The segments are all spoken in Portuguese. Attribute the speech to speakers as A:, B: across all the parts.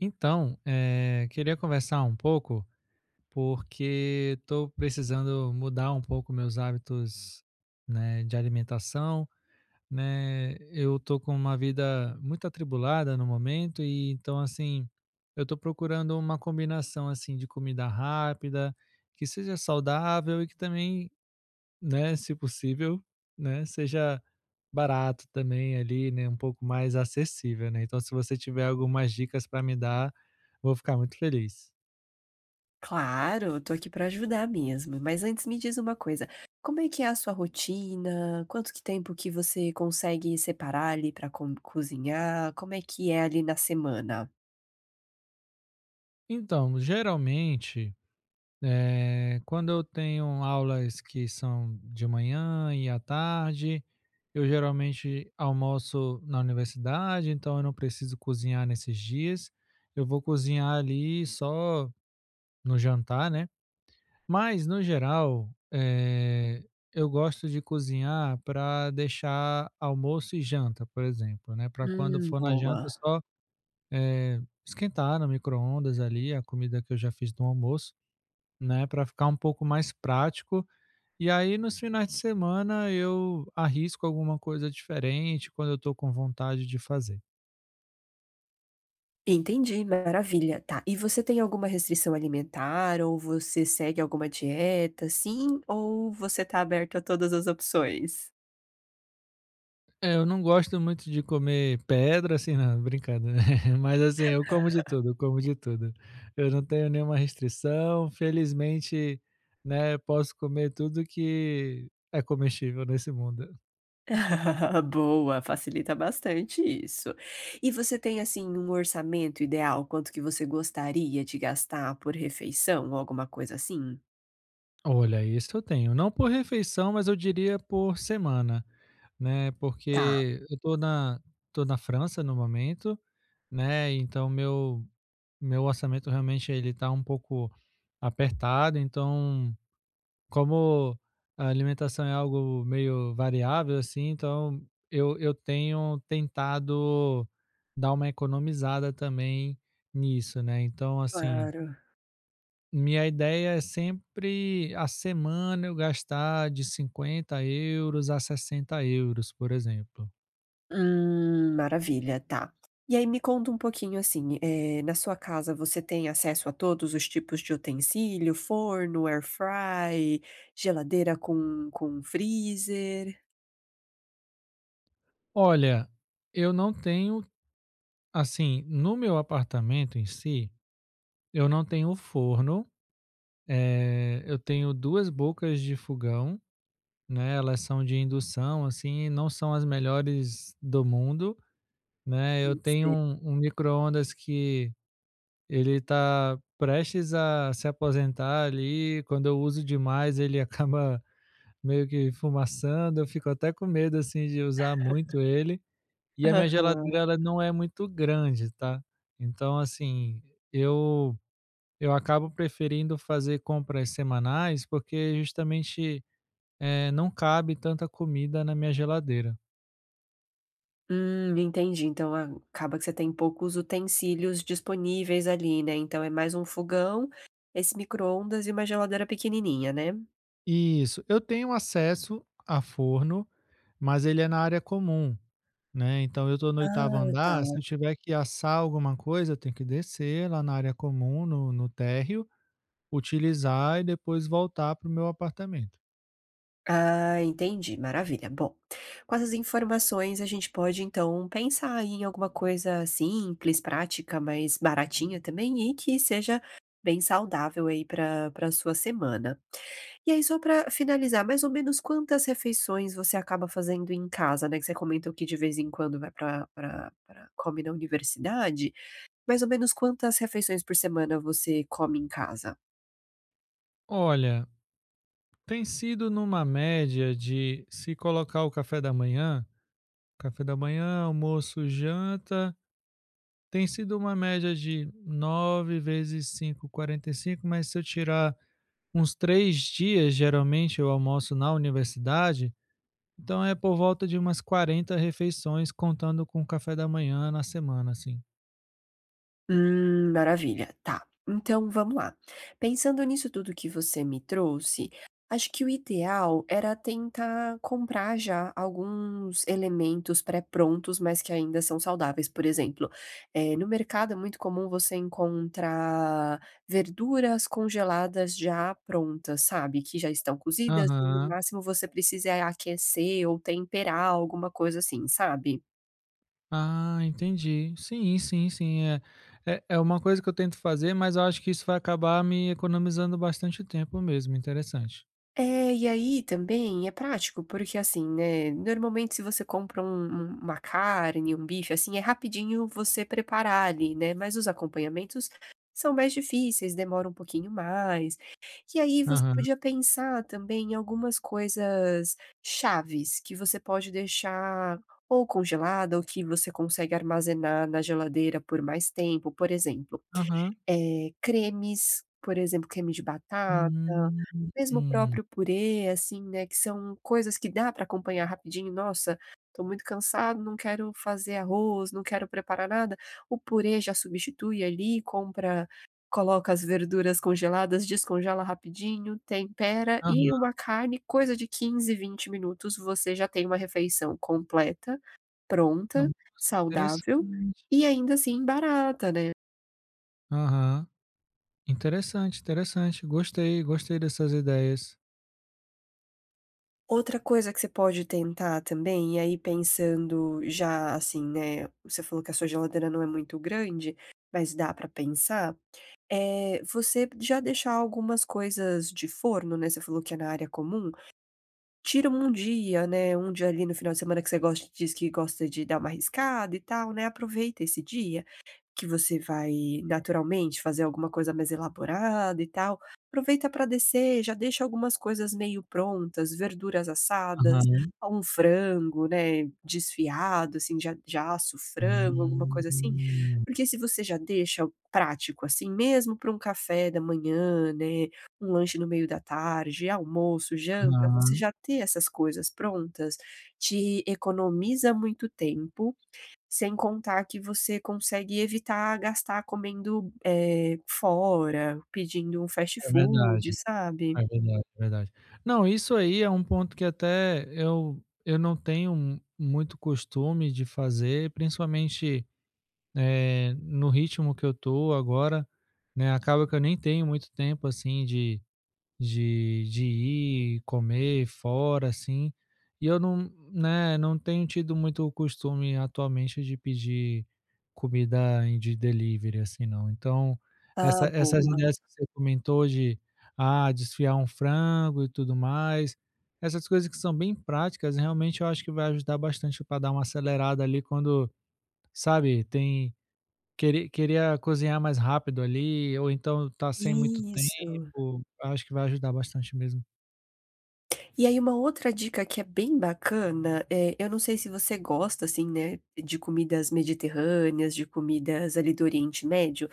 A: Então, queria conversar um pouco, porque estou precisando mudar um pouco meus hábitos, né, de alimentação, né? Eu estou com uma vida muito atribulada no momento e então assim, eu estou procurando uma combinação assim de comida rápida, que seja saudável e que também né, se possível, né, seja barato também ali, né, um pouco mais acessível, né. Então se você tiver algumas dicas para me dar, vou ficar muito feliz.
B: Claro, tô aqui pra ajudar mesmo. Mas antes me diz uma coisa, como é que é a sua rotina? Quanto que tempo que você consegue separar ali pra com cozinhar? Como é que é ali na semana?
A: Então, geralmente, quando eu tenho aulas que são de manhã e à tarde, eu geralmente almoço na universidade, então eu não preciso cozinhar nesses dias. Eu vou cozinhar ali só no jantar, né. Mas no geral, eu gosto de cozinhar para deixar almoço e janta, por exemplo, né, para quando for na janta
B: Boa.
A: só, eh, esquentar no micro-ondas ali a comida que eu já fiz no almoço, né, para ficar um pouco mais prático. E aí nos finais de semana eu arrisco alguma coisa diferente quando eu estou com vontade de fazer.
B: Entendi, maravilha. Tá, e você tem alguma restrição alimentar ou você segue alguma dieta, sim, ou você tá aberto a todas as opções?
A: É, eu não gosto muito de comer pedra, assim, não, brincadeira. Mas assim, eu como de tudo, eu como de tudo. Eu não tenho nenhuma restrição, felizmente, né, posso comer tudo que é comestível nesse mundo.
B: Boa, facilita bastante isso. E você tem, assim, um orçamento ideal, quanto que você gostaria de gastar por refeição ou alguma coisa assim?
A: Olha, isso eu tenho. Não por refeição, mas eu diria por semana, né,
B: Tá,
A: porque eu tô na França no momento, né, então meu orçamento realmente ele tá um pouco apertado, então, como a alimentação é algo meio variável, assim, então eu tenho tentado dar uma economizada também nisso, né. Então, assim,
B: claro.
A: minha ideia é sempre a semana eu gastar de 50 euros a 60 euros, por exemplo.
B: Maravilha, tá. E aí me conta um pouquinho assim, na sua casa você tem acesso a todos os tipos de utensílio, forno, air fry, geladeira com freezer?
A: Olha, eu não tenho, assim, no meu apartamento em si, eu não tenho forno, eu tenho 2 bocas de fogão, né, elas são de indução, assim, não são as melhores do mundo, né. Eu
B: Não
A: tenho
B: sei.
A: um micro-ondas que ele tá prestes a se aposentar ali, quando eu uso demais ele acaba meio que fumaçando, eu fico até com medo, assim, de usar muito ele. E a minha geladeira ela não é muito grande, tá. Então, assim, eu eu acabo preferindo fazer compras semanais, porque justamente, não cabe tanta comida na minha geladeira.
B: Entendi. Então acaba que você tem poucos utensílios disponíveis ali, né. Então é mais um fogão, esse micro-ondas e uma geladeira pequenininha, né?
A: Isso, eu tenho acesso a forno, mas ele é na área comum, né, então eu estou no 8º
B: Ah, tá.
A: andar, se eu tiver que assar alguma coisa, eu tenho que descer lá na área comum, no térreo, utilizar e depois voltar para o meu apartamento.
B: Ah, entendi. Maravilha. Bom, com essas informações a gente pode então pensar aí em alguma coisa simples, prática, mas baratinha também e que seja bem saudável aí para sua semana. E aí só para finalizar, mais ou menos quantas refeições você acaba fazendo em casa, né, que você comentou que de vez em quando vai para pra pra come na universidade, mais ou menos quantas refeições por semana você come em casa?
A: Olha, tem sido numa média de se colocar o café da manhã, almoço, janta. Tem sido uma média de 9 vezes 5, 45, mas se eu tirar uns 3 dias, geralmente eu almoço na universidade, então é por volta de umas 40 refeições, contando com o café da manhã na semana, assim.
B: Maravilha, tá. Então vamos lá. Pensando nisso tudo que você me trouxe, acho que o ideal era tentar comprar já alguns elementos pré-prontos, mas que ainda são saudáveis. Por exemplo, no mercado é muito comum você encontrar verduras congeladas já prontas, sabe? Que já estão cozidas e no
A: Aham.
B: máximo você precisa aquecer ou temperar alguma coisa assim, sabe?
A: Ah, entendi. Sim, sim, sim. É, é uma coisa que eu tento fazer, mas eu acho que isso vai acabar me economizando bastante tempo mesmo. Interessante.
B: É, e aí também é prático, porque assim, né, normalmente se você compra uma carne, um bife, assim, é rapidinho você preparar ali, né, mas os acompanhamentos são mais difíceis, demora um pouquinho mais. E aí você
A: Aham,
B: podia pensar também em algumas coisas chaves que você pode deixar ou congelada ou que você consegue armazenar na geladeira por mais tempo, por exemplo,
A: aham.
B: cremes, por exemplo, creme de batata,
A: Hum,
B: mesmo o
A: hum.
B: próprio purê, assim, né, que são coisas que dá pra acompanhar rapidinho. "Nossa, tô muito cansado, não quero fazer arroz, não quero preparar nada", o purê já substitui ali, compra, coloca as verduras congeladas, descongela rapidinho, tempera
A: Aham.
B: e uma carne, coisa de 15, 20 minutos, você já tem uma refeição completa, pronta,
A: Nossa,
B: saudável
A: interessante.
B: e ainda assim barata, né.
A: Aham. Interessante, interessante. Gostei, gostei dessas ideias.
B: Outra coisa que você pode tentar também, e aí pensando já assim, né, você falou que a sua geladeira não é muito grande, mas dá pra pensar, é você já deixar algumas coisas de forno, né, você falou que é na área comum, tira um dia, né, um dia ali no final de semana que você gosta diz que gosta de dar uma arriscada e tal, né, aproveita esse dia que você vai naturalmente fazer alguma coisa mais elaborada e tal, aproveita para descer, já deixa algumas coisas meio prontas, verduras assadas,
A: Aham.
B: um frango, né, desfiado, assim, já assa o frango, alguma coisa assim,
A: Hum.
B: porque se você já deixa prático, assim, mesmo para um café da manhã, né, um lanche no meio da tarde, almoço, janta, você
A: Aham.
B: já ter essas coisas prontas, te economiza muito tempo, sem contar que você consegue evitar gastar comendo, fora, pedindo um fast
A: É
B: food,
A: verdade,
B: sabe.
A: é verdade, é verdade. Não, isso aí é um ponto que até eu não tenho mu muito costume de fazer, principalmente, no ritmo que eu tô agora, né, acaba que eu nem tenho muito tempo, assim, de de ir comer fora, assim. E eu não, né, não tenho tido muito o costume atualmente de pedir comida em de delivery, assim, não. Então,
B: Ah,
A: essas
B: boa.
A: ideias que você comentou de ah, desfiar um frango e tudo mais, essas coisas que são bem práticas, realmente eu acho que vai ajudar bastante para dar uma acelerada ali quando, sabe, tem. Queria cozinhar mais rápido ali, ou então tá sem muito
B: Isso.
A: tempo, acho que vai ajudar bastante mesmo.
B: E aí uma outra dica que é bem bacana, eu não sei se você gosta, assim, né, de comidas mediterrâneas, de comidas ali do Oriente Médio.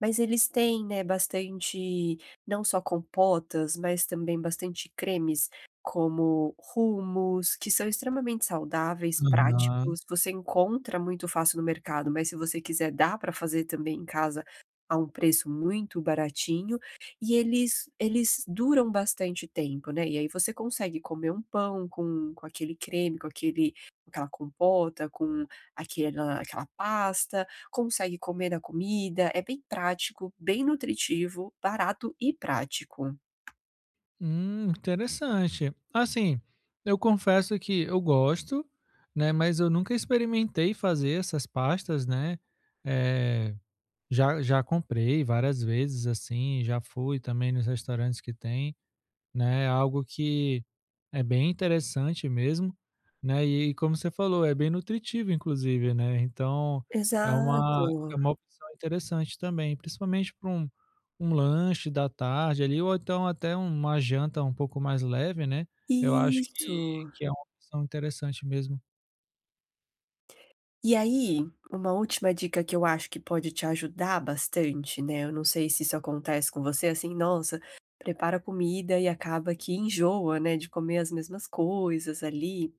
B: Mas eles têm, né, bastante, não só compotas, mas também bastante cremes, como hummus, que são extremamente saudáveis,
A: Aham.
B: práticos, você encontra muito fácil no mercado, mas se você quiser dá para fazer também em casa a um preço muito baratinho, e eles duram bastante tempo, né, e aí você consegue comer um pão com aquele creme, com aquele, com aquela compota, com aquela pasta, consegue comer da comida, é bem prático, bem nutritivo, barato e prático.
A: Interessante. Assim, eu confesso que eu gosto, né, mas eu nunca experimentei fazer essas pastas, né, eh, já comprei várias vezes, assim, já fui também nos restaurantes que tem. Né, é algo que é bem interessante mesmo, né, e como você falou, é bem nutritivo inclusive, né, então é uma.
B: Exato,
A: Uhum. É uma opção interessante também, principalmente para um lanche da tarde ali ou então até uma janta um pouco mais leve, né, eu acho
B: isso.
A: que é uma opção interessante mesmo.
B: E aí, uma última dica que eu acho que pode te ajudar bastante, né, eu não sei se isso acontece com você, assim, nossa, prepara comida e acaba que enjoa, né, de comer as mesmas coisas ali.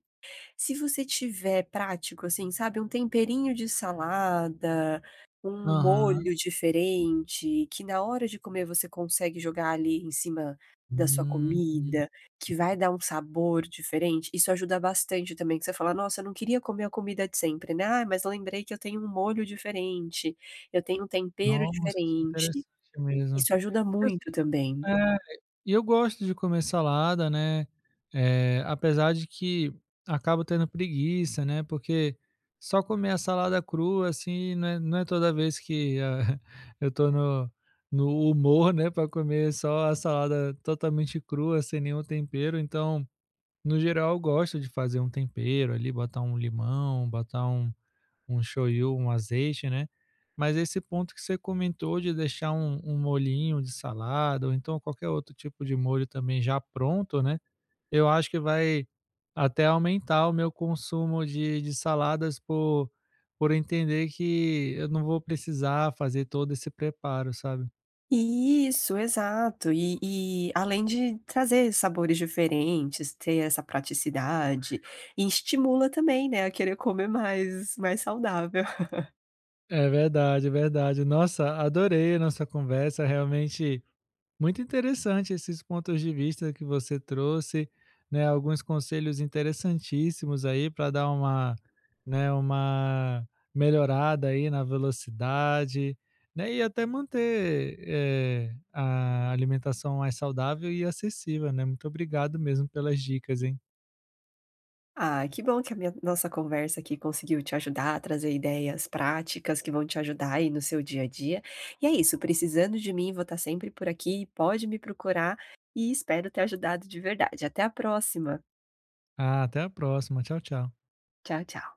B: Se você tiver prático, assim, sabe, um temperinho de salada, um
A: Aham.
B: molho diferente, que na hora de comer você consegue jogar ali em cima da sua
A: Hum, hum,
B: comida, que vai dar um sabor diferente, isso ajuda bastante também, que você fala: "Nossa, eu não queria comer a comida de sempre, né, ai, mas lembrei que eu tenho um molho diferente, eu tenho um tempero
A: nossa, isso é
B: diferente".
A: interessante mesmo.
B: Isso ajuda
A: Porque assim,
B: muito também.
A: é. E eu gosto de comer salada, né, apesar de que acabo tendo preguiça, né, porque só comer a salada crua, assim, não é toda vez que a eu tô no no humor, né, para comer só a salada totalmente crua, sem nenhum tempero, então, no geral, eu gosto de fazer um tempero ali, botar um limão, botar um shoyu, um azeite, né. Mas esse ponto que você comentou de deixar um molhinho de salada ou então qualquer outro tipo de molho também já pronto, né, eu acho que vai até aumentar o meu consumo de saladas por entender que eu não vou precisar fazer todo esse preparo, sabe.
B: Isso, exato. E além de trazer sabores diferentes, ter essa praticidade, e estimula também, né, a querer comer mais saudável.
A: É verdade, é verdade. Nossa, adorei a nossa conversa, realmente. Muito interessante esses pontos de vista que você trouxe, né, alguns conselhos interessantíssimos aí para dar uma, né, uma melhorada aí na velocidade, né, e até manter, a alimentação mais saudável e acessível, né. Muito obrigado mesmo pelas dicas, hein.
B: Ah, que bom que a minha nossa conversa aqui conseguiu te ajudar a trazer ideias práticas que vão te ajudar aí no seu dia a dia. E é isso, precisando de mim, vou estar sempre por aqui, pode me procurar e espero ter ajudado de verdade. Até a próxima.
A: Ah, até a próxima. Tchau, tchau.
B: Tchau, tchau.